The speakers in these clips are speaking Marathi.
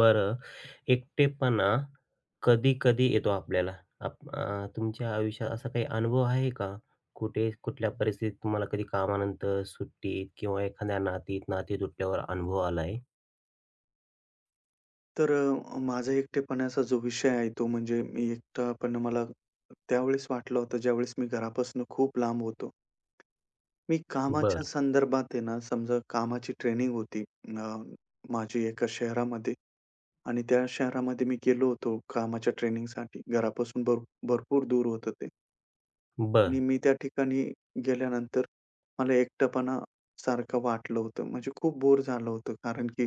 बरं, एकटेपणा कधी-कधी येतो आपल्याला. तुमच्या आयुष्यात असा काही अनुभव आहे का? कुठे, कुठल्या परिस्थितीत तुम्हाला कधी कामानंतर, सुट्टीत किंवा एखाद्या नातीत, नाती तुटल्यावर अनुभव आलाय? तर माझा एकटेपणाचा जो विषय आहे तो म्हणजे मी एकटेपणा मला त्यावेळेस वाटलं होतं ज्यावेळेस मी घरापासून खूप लांब होतो. मी कामाच्या बर, संदर्भात आहे ना समजा कामाची ट्रेनिंग होती. अ, माझी एका शहरामध्ये आणि त्या शहरामध्ये मी गेलो होतो कामाच्या ट्रेनिंगसाठी. घरापासून भरपूर दूर होतं ते. बर, आणि मी त्या ठिकाणी गेल्यानंतर मला एकटेपणा सारखं वाटलं होतं. म्हणजे खूप बोर झालं होतं. कारण की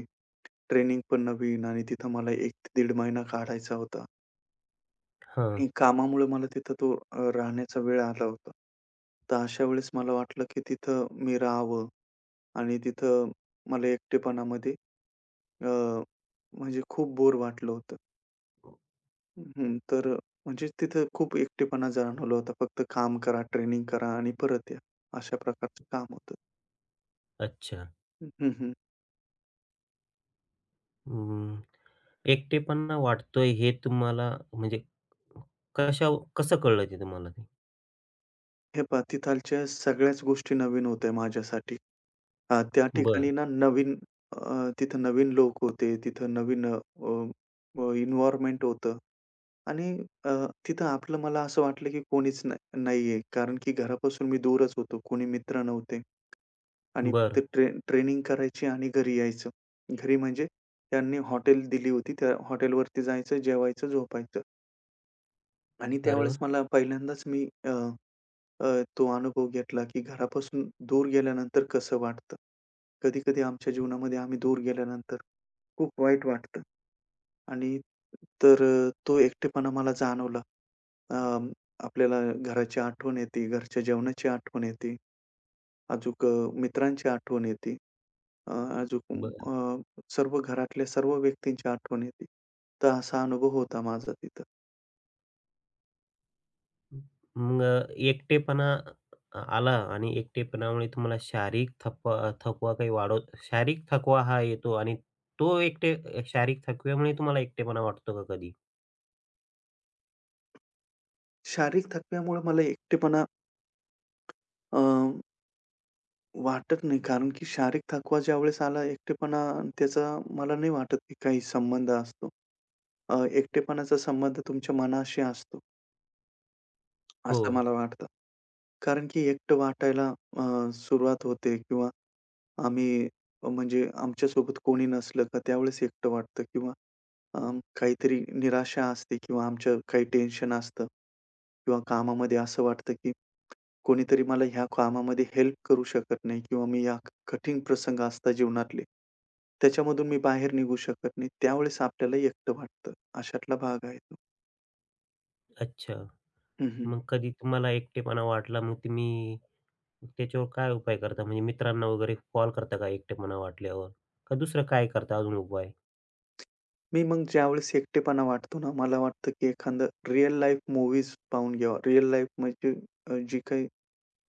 ट्रेनिंग पण नवीन आणि तिथं मला 1 ते दीड महिना काढायचा होता हां. आणि कामामुळे मला तिथं तो राहण्याचा वेळ आला होता. तर अशा वेळेस मला वाटलं की तिथं मी राहावं आणि तिथं मला एकटेपणामध्ये अ, म्हणजे खूप बोर वाटलं होतं. हं, तर म्हणजे तिथं खूप एकटेपणा जाणवला होता. फक्त काम करा, ट्रेनिंग करा आणि परत या. अशा प्रकारचं काम होतं. अच्छा. हं, हं. अं, एकटेपणा वाटतोय हे तुम्हाला म्हणजे कशा कसं कळलं ते तुम्हाला ते? हे पहा तिथालच्या सगळ्याच गोष्टी नवीन होत्या माझ्यासाठी. त्या बरं, ठिकाणी ना नवीन. तिथं नवीन लोक होते. तिथं नवीन अ, अ, एन्व्हायर्नमेंट होतं आणि अ, तिथं आपलं मला असं वाटलं की कोणीच नाहीये. कारण की घरापासून मी दूरच होतो. कोणी मित्र नव्हते आणि फक्त बरं. ट्रेनिंग करायची आणि घरी यायचं. घरी म्हणजे त्यांनी हॉटेल दिली होती. त्या हॉटेलवरती जायचं, जेवायचं, झोपायचं आणि अरे त्यावेळेस वाह! मला पहिल्यांदाच मी अ, तो अनुभव घेतला, की घरापासून दूर गेल्यानंतर कसं वाटतं. कधी-कधी आमच्या जीवनामध्ये आम्ही दूर गेल्यानंतर खूप वाईट वाटतं आणि तर तो एकटेपणा मला जाणवला. अ, आपल्याला घराची आठवण येते, घरच्या जेवणाची आठवण येते, अजूक अ, मित्रांची आठवण येते. अ, अजून अ, सर्व घरातल्या सर्व व्यक्तींची आठवण येते. तर असा अनुभव होता माझा तिथं. मग एकटेपणा आला आणि एकटेपणामुळे तुम्हाला शारीरिक थकवा थकवा काही वाढवत शारीरिक थकवा हा येतो आणि तो एकटे शारीरिक थकव्यामुळे तुम्हाला एकटेपणा वाटतो का कधी? शारीरिक थकव्यामुळे मला एकटेपणा वाटत नाही. कारण की शारीरिक थकवा ज्यावेळेस आला एकटेपणा त्याचा मला नाही वाटत की काही संबंध असतो. एकटेपणाचा संबंध तुमच्या मनाशी असतो, हो. असं मला वाटतं. कारण की एकटं वाटायला सुरुवात होते किंवा आम्ही म्हणजे आमच्यासोबत कोणी नसलं का त्यावेळेस एकटं वाटतं किंवा अ, काहीतरी निराशा असते किंवा आमचं काही टेन्शन असतं किंवा कामामध्ये असं वाटतं की कोणीतरी मला ह्या कामामध्ये हेल्प करू शकत नाही किंवा मी या कठीण प्रसंग असतात जीवनातले, त्याच्यामधून मी बाहेर निघू शकत नाही. त्यावेळेस आपल्याला एकटं वाटतं. अशातला भाग आहे तो. अच्छा. हं, हं. मग कधी तुम्हाला एकटेपणा वाटला मग तुम्ही त्याच्यावर काय उपाय करता? म्हणजे मित्रांना वगैरे कॉल करता का एकटेपणा वाटल्यावर? का दुसरं काय करता अजून उपाय? मी मग ज्यावेळेस एकटेपणा वाटतो ना, मला वाटतं की एखादं रिअल लाईफ मूव्हीज पाहून घ्यावा. रिअल लाईफ म्हणजे जी काही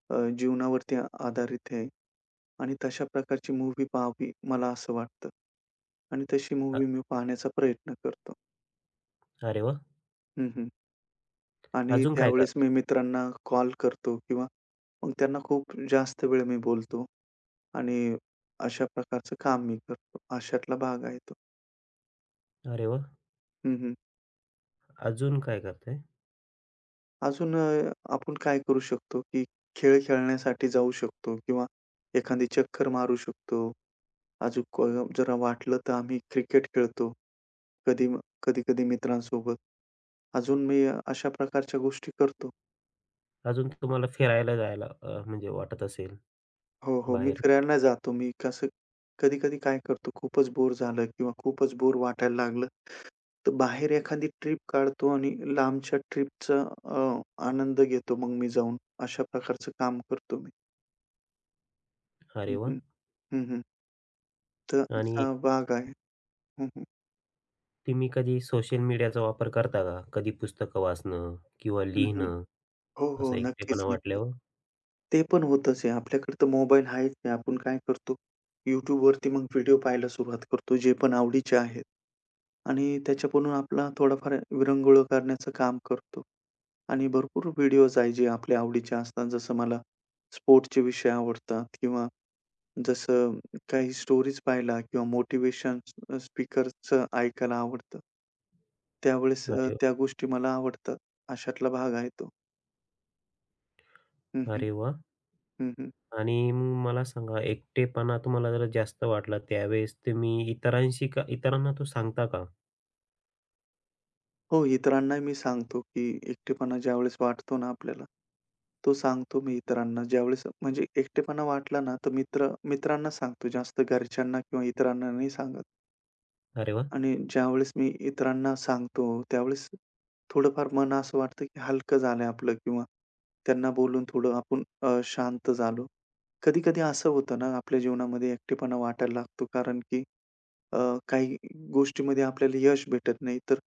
जीवनावरती आधारित आहे आणि तशा प्रकारची मूव्ही पाहावी, मला असं वाटतं. आणि तशी अ मूव्ही मी पाहण्याचा प्रयत्न करतो. अरे वाह! हं, हं. आणि अजून काय त्यावेळेस करता? मी मित्रांना कॉल करतो किंवा मग त्यांना खूप जास्त वेळ मी बोलतो आणि अशा प्रकारचं काम मी करतो. अशातला भाग आहे तो. अरे वाह! हं, हं. अजून काय करताय? अजून आपण काय करू शकतो, की खेळ खेळण्यासाठी जाऊ शकतो किंवा एखादी चक्कर मारू शकतो. अजूक अ, जरा वाटलं तर आम्ही क्रिकेट खेळतो. कधी कधी-कधी मित्रांसोबत. अजून मी अशा प्रकारच्या गोष्टी करतो. अजून तुम्हाला फिरायला जायला म्हणजे वाटत असेल हो, हो. मी बाहेर? फिरायला जातो. मी कसं कधी-कधी काय करतो, खूपच बोर झालं किंवा खूपच बोर वाटायला लागलं, तर बाहेर एखादी ट्रिप काढतो आणि लांबच्या ट्रिपचा आनंद घेतो मग मी जाऊन. अशा प्रकारचं काम करतो मी. अरे हं, वाह! हं. हं, हं. तर आणि असा भाग आहे. हं, हं. तुम्ही कधी सोशल मीडियाचा वापर करता का? कधी पुस्तकं वाचणं किंवा हं, हं. लिहिणं हो, हो. असं नक्कीच, एकटेपणा नक्कीच. वाटल्यावर? ते पण होतच आहे. आपल्याकडे तर मोबाईल आहेच आहे. आपण काय करतो, YouTubeवरती मग व्हिडिओ पाहायला सुरुवात करतो, जे पण आवडीचे आहेत आणि त्याच्याकडून आपला थोडाफार विरंगुळा करण्याचं काम करतो आणि भरपूर व्हिडिओज आहे जे आपल्या आवडीचे असतात. जसं मला स्पोर्ट्सचे विषय आवडतात किंवा जसं काही स्टोरीज पाहायला किंवा मोटिव्हेशन स्पीकरचं ऐकायला आवडतं. त्यावेळेस अरे त्या गोष्टी मला आवडतात. अशातला भाग आहे तो. हं, हं. अरे वाह! हं, हं. आणि मग मला सांगा एकटेपणा तुम्हाला जरा जास्त वाटला त्यावेळेस तुम्ही इतरांशी का इतरांना तो सांगता का? हो, इतरांना मी सांगतो, की एकटेपणा ज्यावेळेस वाटतो ना आपल्याला, तो सांगतो मी इतरांना. ज्यावेळेस म्हणजे एकटेपणा वाटला ना, तर मित्रांना सांगतो, जास्त घरच्यांना किंवा इतरांना नाही सांगत. अरे वाह! आणि ज्यावेळेस मी इतरांना सांगतो, त्यावेळेस थोडंफार मन असं वाटतं, की हलकं झालंय आपलं किंवा त्यांना बोलून थोडं आपण शांत झालो. कधी-कधी असं होतं ना, आपल्या जीवनामध्ये एकटेपणा वाटायला लागतो कारण की अ, काही गोष्टीमध्ये आपल्याला यश भेटत नाही, तर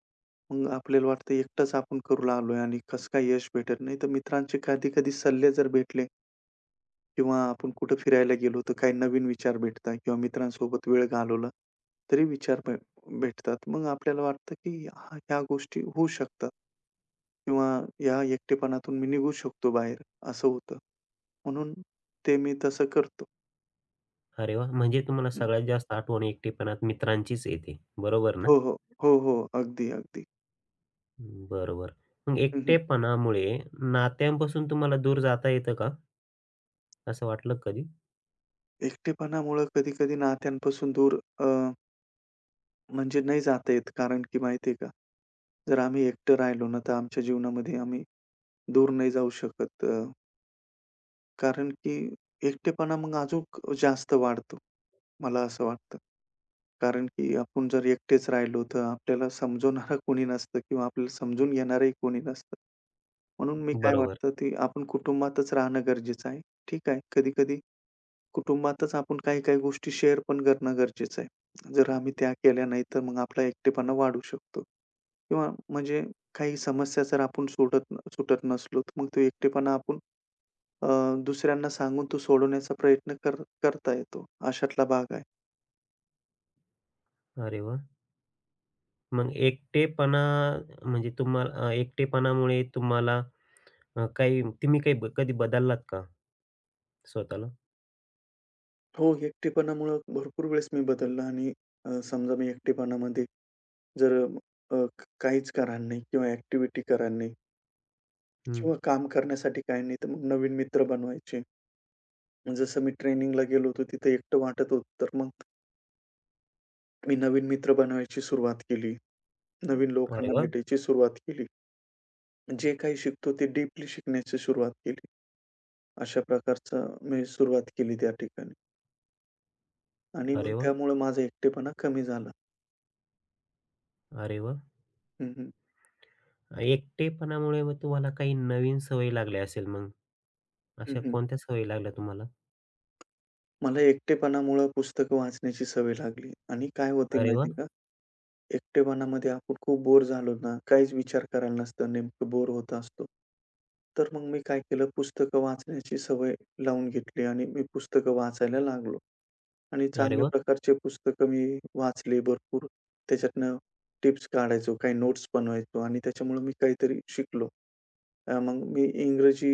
मग आपल्याला वाटतं एकटाच आपण करू लागलोय आणि कसं काय यश भेटत नाही. तर मित्रांचे कधी-कधी सल्ले जर भेटले किंवा आपण कुठं फिरायला गेलो, तर काही नवीन विचार भेटतात किंवा मित्रांसोबत वेळ घालवला तरी विचार भेटतात. मग आपल्याला वाटतं की हा ह्या गोष्टी होऊ शकतात किंवा या एकटेपणातून मी निघू शकतो बाहेर, असं होतं. म्हणून ते मी तसं करतो. अरे वाह! म्हणजे तुम्हाला हं. सगळ्यात जास्त आठवण एकटेपणात मित्रांचीच येते. बरोबर ना? हो, हो. हो, हो. अगदी, अगदी. बरोबर. मग हं, एकटेपणामुळे नात्यांपासून तुम्हाला दूर जाता येतं का? असं वाटलं कधी? एकटेपणामुळं कधी-कधी नात्यांपासून दूर अ, म्हणजे नाही जाता येत. कारण की माहिती आहे का, जर आम्ही एकटं राहिलो ना, तर आमच्या जीवनामध्ये आम्ही दूर नाही जाऊ शकत. कारण की एकटेपणा मग अजून जास्त वाढतो, मला असं वाटतं. कारण की आपण जर एकटेच राहिलो, तर आपल्याला समजवणारं कोणी नसतं किंवा आपल्याला समजून घेणारंही कोणी नसतं. म्हणून मी काय बरोबर. वाटतं, ते आपण कुटुंबातच राहणं गरजेचं आहे. ठीक आहे, कधी-कधी कुटुंबातच आपण काही-काही गोष्टी शेअर पण करणं गरजेचं आहे. जर आम्ही त्या केल्या नाही, तर मग आपला एकटेपणा वाढू शकतो किंवा म्हणजे काही समस्या जर आपण सोडत सुटत नसलो, तर मग तो एकटेपणा आपण अ, दुसऱ्यांना सांगून तो सोडवण्याचा प्रयत्न करता येतो. अशातला भाग आहे. अरे वाह! मग एकटेपणा म्हणजे तुम्हाला एकटेपणामुळे तुम्हाला काही तुम्ही काही ब कधी बदललात का स्वतःला? हो, एकटेपणामुळं भरपूर वेळेस मी बदलला आणि समजा मी एकटेपणामध्ये जर काहीच कारण नाही किंवा ॲक्टिव्हिटी करायला नाही हं. किंवा काम करण्यासाठी काही नाही, तर मग नवीन मित्र बनवायचे. मग जसं मी ट्रेनिंगला गेलो होतो, तिथे एकटं वाटत होतं, तर मग मी नवीन मित्र बनवायची सुरुवात केली. नवीन अरे लोकांना वाह! भेटायची सुरुवात केली. जे काही शिकतो ते डीपली शिकण्याची सुरुवात केली. अशा प्रकारचं मी सुरुवात केली त्या ठिकाणी आणि मग अरे वाह! त्यामुळं माझा एकटेपणा कमी झाला. अरे वाह! हं, हं. एकटेपणामुळे मग तुम्हाला काही नवीन सवयी लागल्या असेल मग. हं, अशा हं. कोणत्या सवयी लागल्या तुम्हाला? मला एकटेपणामुळं पुस्तकं वाचण्याची सवय लागली आणि काय होते अरे वाह! माहिती का? एकटेपणामध्ये आपण खूप बोर झालो ना, काहीच विचार करायला नसतं, नेमकं बोर होत असतो. तर मग मी काय केलं पुस्तकं वाचण्याची सवय लावून घेतली आणि मी पुस्तकं वाचायला लागलो. आणि अरे चांगल्या वाह! प्रकारचे पुस्तकं मी वाचले भरपूर. त्याच्यातनं टिप्स काढायचो, काही नोट्स बनवायचो आणि त्याच्यामुळे मी काहीतरी शिकलो. मग मी इंग्रजी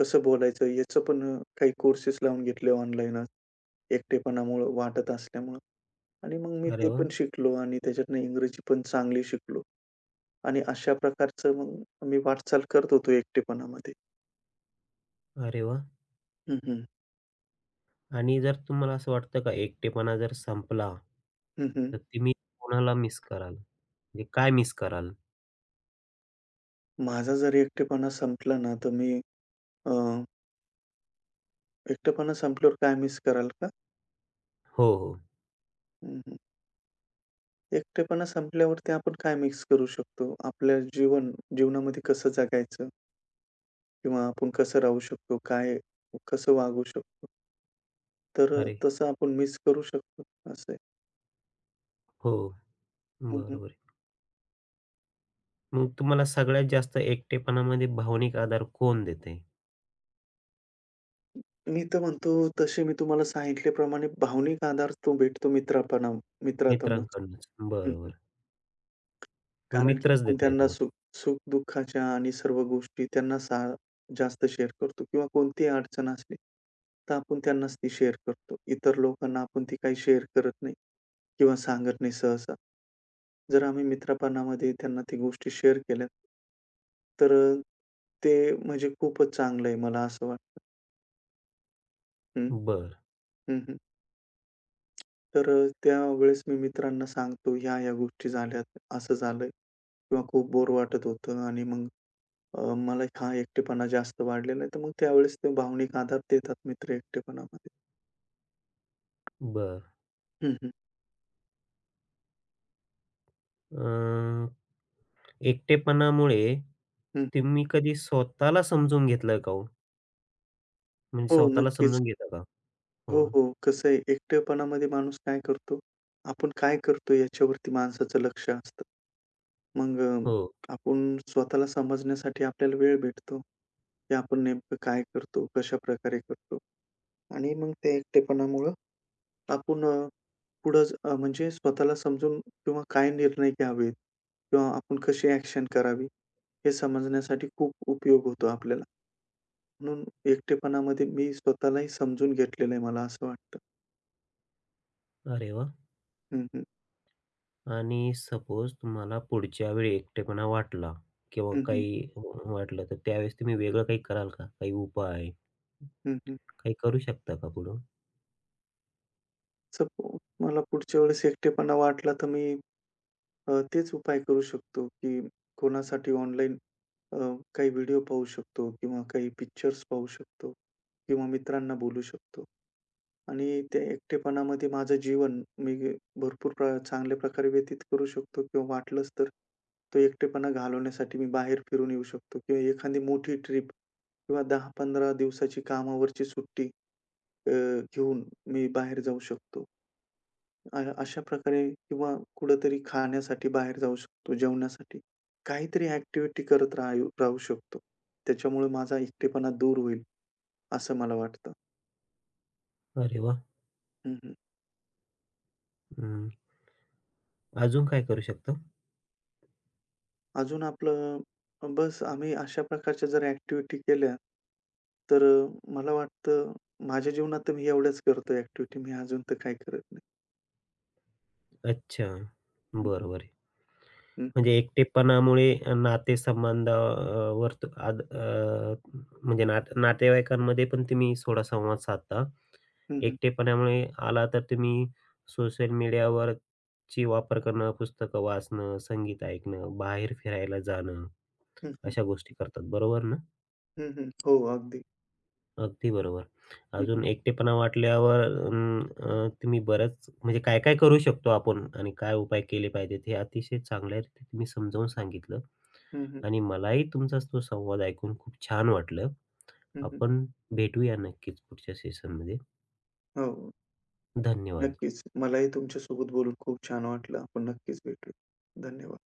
कसं बोलायचं याचं पण काही कोर्सेस लावून घेतले ऑनलाईनच, एकटेपणामुळं वाटत असल्यामुळं आणि मग मी अरे ते वाह! पण शिकलो आणि त्याच्यातनं इंग्रजी पण चांगली शिकलो आणि अशा प्रकारचं मग मी वाटचाल करत होतो एकटेपणामध्ये. अरे वाह! हं, हं. आणि जर तुम्हाला असं वाटतं का एकटेपणा जर संपला, हं, हं. तर तुम्ही कोणाला मिस कराल? म्हणजे काय मिस कराल? माझा जर एकटेपणा संपला ना, तर मी अ एकटेपणा संपल्यावर काय मिस कराल का? हो, हो. हं, हं. एकटेपणा संपल्यावरती आपण काय मिस करू शकतो? आपल्या जीवनामध्ये कसं जगायचं? किंवा आपण कसं राहू शकतो? काय कसं वागू शकतो? तर अरे तसं आपण मिस करू शकतो असं आहे. हो. हं, हं. बरोबर आहे. मग तुम्हाला सगळ्यात जास्त एकटेपणामध्ये भावनिक आधार कोण देते? मी तर म्हणतो तसे मी तुम्हाला सांगितल्याप्रमाणे भावनिक आधार तो भेटतो मित्रातूनच. मित्रांकडूनच. हं, बरं, हं. बरं. मग कारण की मित्रच आपण देताय त्यांना तुम्हाला. सुख-दुःखाच्या आणि सर्व गोष्टी त्यांना जास्त शेअर करतो किंवा कोणतीही अडचण असली, तर आपण त्यांनाच ती शेअर करतो. इतर लोकांना आपण ती काही शेअर करत नाही किंवा सांगत नाही सहसा. जर आम्ही मित्रपणामध्ये त्यांना ती गोष्टी शेअर केल्या तर ते म्हणजे खूपच चांगलं आहे मला असं वाटतं. हं, बर, हं, हं. तर त्यावेळेस मी मित्रांना सांगतो ह्या-ह्या गोष्टी झाल्यात, असं झालंय किंवा खूप बोर वाटत होतं आणि मग मला हा एकटेपणा जास्त वाढलेला आहे, तर मग त्यावेळेस ते भावनिक आधार देतात मित्र एकटेपणामध्ये. बर हं, हं. अ, एकटेपणामुळे हं, हं. तुम्ही कधी स्वतःला समजून घेतलं का हो? म्हणजे हो, स्वतःला नक्कीच. समजून घेता का? हो, हो, हो. कसं आहे एकटेपणामध्ये माणूस काय करतो? आपण काय करतो याच्यावरती माणसाचं लक्ष असतं. मग हो. आपण स्वतःला समजण्यासाठी आपल्याला वेळ भेटतो, की आपण नेमकं काय करतो, कशाप्रकारे करतो आणि मग त्या एकटेपणामुळं आपण पुढं म्हणजे स्वतःला समजून किंवा काय निर्णय घ्यावेत किंवा आपण कशी ॲक्शन करावी हे समजण्यासाठी खूप उपयोग होतो आपल्याला. म्हणून एकटेपणामध्ये मी स्वतःलाही समजून घेतलेलं आहे, मला असं वाटतं. अरे वाह! हं, हं. आणि सपोज तुम्हाला पुढच्या वेळी एकटेपणा वाटला किंवा हं, हं. हं. काही वाटलं, तर त्यावेळेस तुम्ही वेगळं काही कराल का? काही उपाय, हं, हं. काही करू शकता का पुढं? मला पुढच्या वेळेस एकटेपणा वाटला, तर मी तेच उपाय करू शकतो, की कोणासाठी ऑनलाईन अ, काही व्हिडिओ पाहू शकतो किंवा काही पिक्चर्स पाहू शकतो किंवा मित्रांना बोलू शकतो. आणि त्या एकटेपणामध्ये माझं जीवन मी भरपूर चांगल्या प्रकारे व्यतीत करू शकतो किंवा वाटलंच तर तो एकटेपणा घालवण्यासाठी मी बाहेर फिरून येऊ शकतो किंवा एखादी मोठी ट्रिप किंवा 10-15 दिवसाची कामावरची सुट्टी अ, घेऊन मी बाहेर जाऊ शकतो. अशा प्रकारे किंवा कुठेतरी खाण्यासाठी बाहेर जाऊ शकतो, जेवणासाठी. काहीतरी ॲक्टिव्हिटी करत राहू राहू शकतो. त्याच्यामुळे माझा एकटेपणा दूर होईल, असं मला वाटतं. अरे वाह! हं, हं. हं. अजून काय करू शकतो? अजून आपलं बस आम्ही अशा प्रकारच्या जर ॲक्टिव्हिटी केल्या, तर मला वाटतं माझ्या जीवनात तर मी एवढ्याच करतो ॲक्टिव्हिटी. मी अजून तर काही करत नाही. अच्छा. हं, हं. बरं, बरं. म्हणजे एकटेपणामुळे नातेसंबंध वर तु- आद अ, म्हणजे नातेवाईकांमध्ये पण तुम्ही थोडा संवाद साधता. हं, हं. एकटेपणामुळे आला तर तुम्ही सोशल मीडियावरची वापर करणं, पुस्तकं वाचणं, संगीत ऐकणं, बाहेर फिरायला जाणं, हं, हं. अशा गोष्टी करतात. बरोबर ना? हं, हो, अगदी. अगदी बरोबर. हं, हं. अजून एकटेपणा वाटल्यावर तुम्ही बरंच म्हणजे काय काय करू शकतो आपण आणि काय उपाय केले पाहिजेत हे अतिशय चांगल्या रीती तुम्ही समजावून सांगितलं हं, हं. आणि मलाही तुमचा तो संवाद ऐकून खूप छान वाटलं. हं, आपण भेटूया नक्कीच पुढच्या सेशनमध्ये. हो. धन्यवाद. नक्कीच. मलाही तुमच्यासोबत बोलून खूप छान वाटलं. आपण नक्कीच भेटूया. धन्यवाद.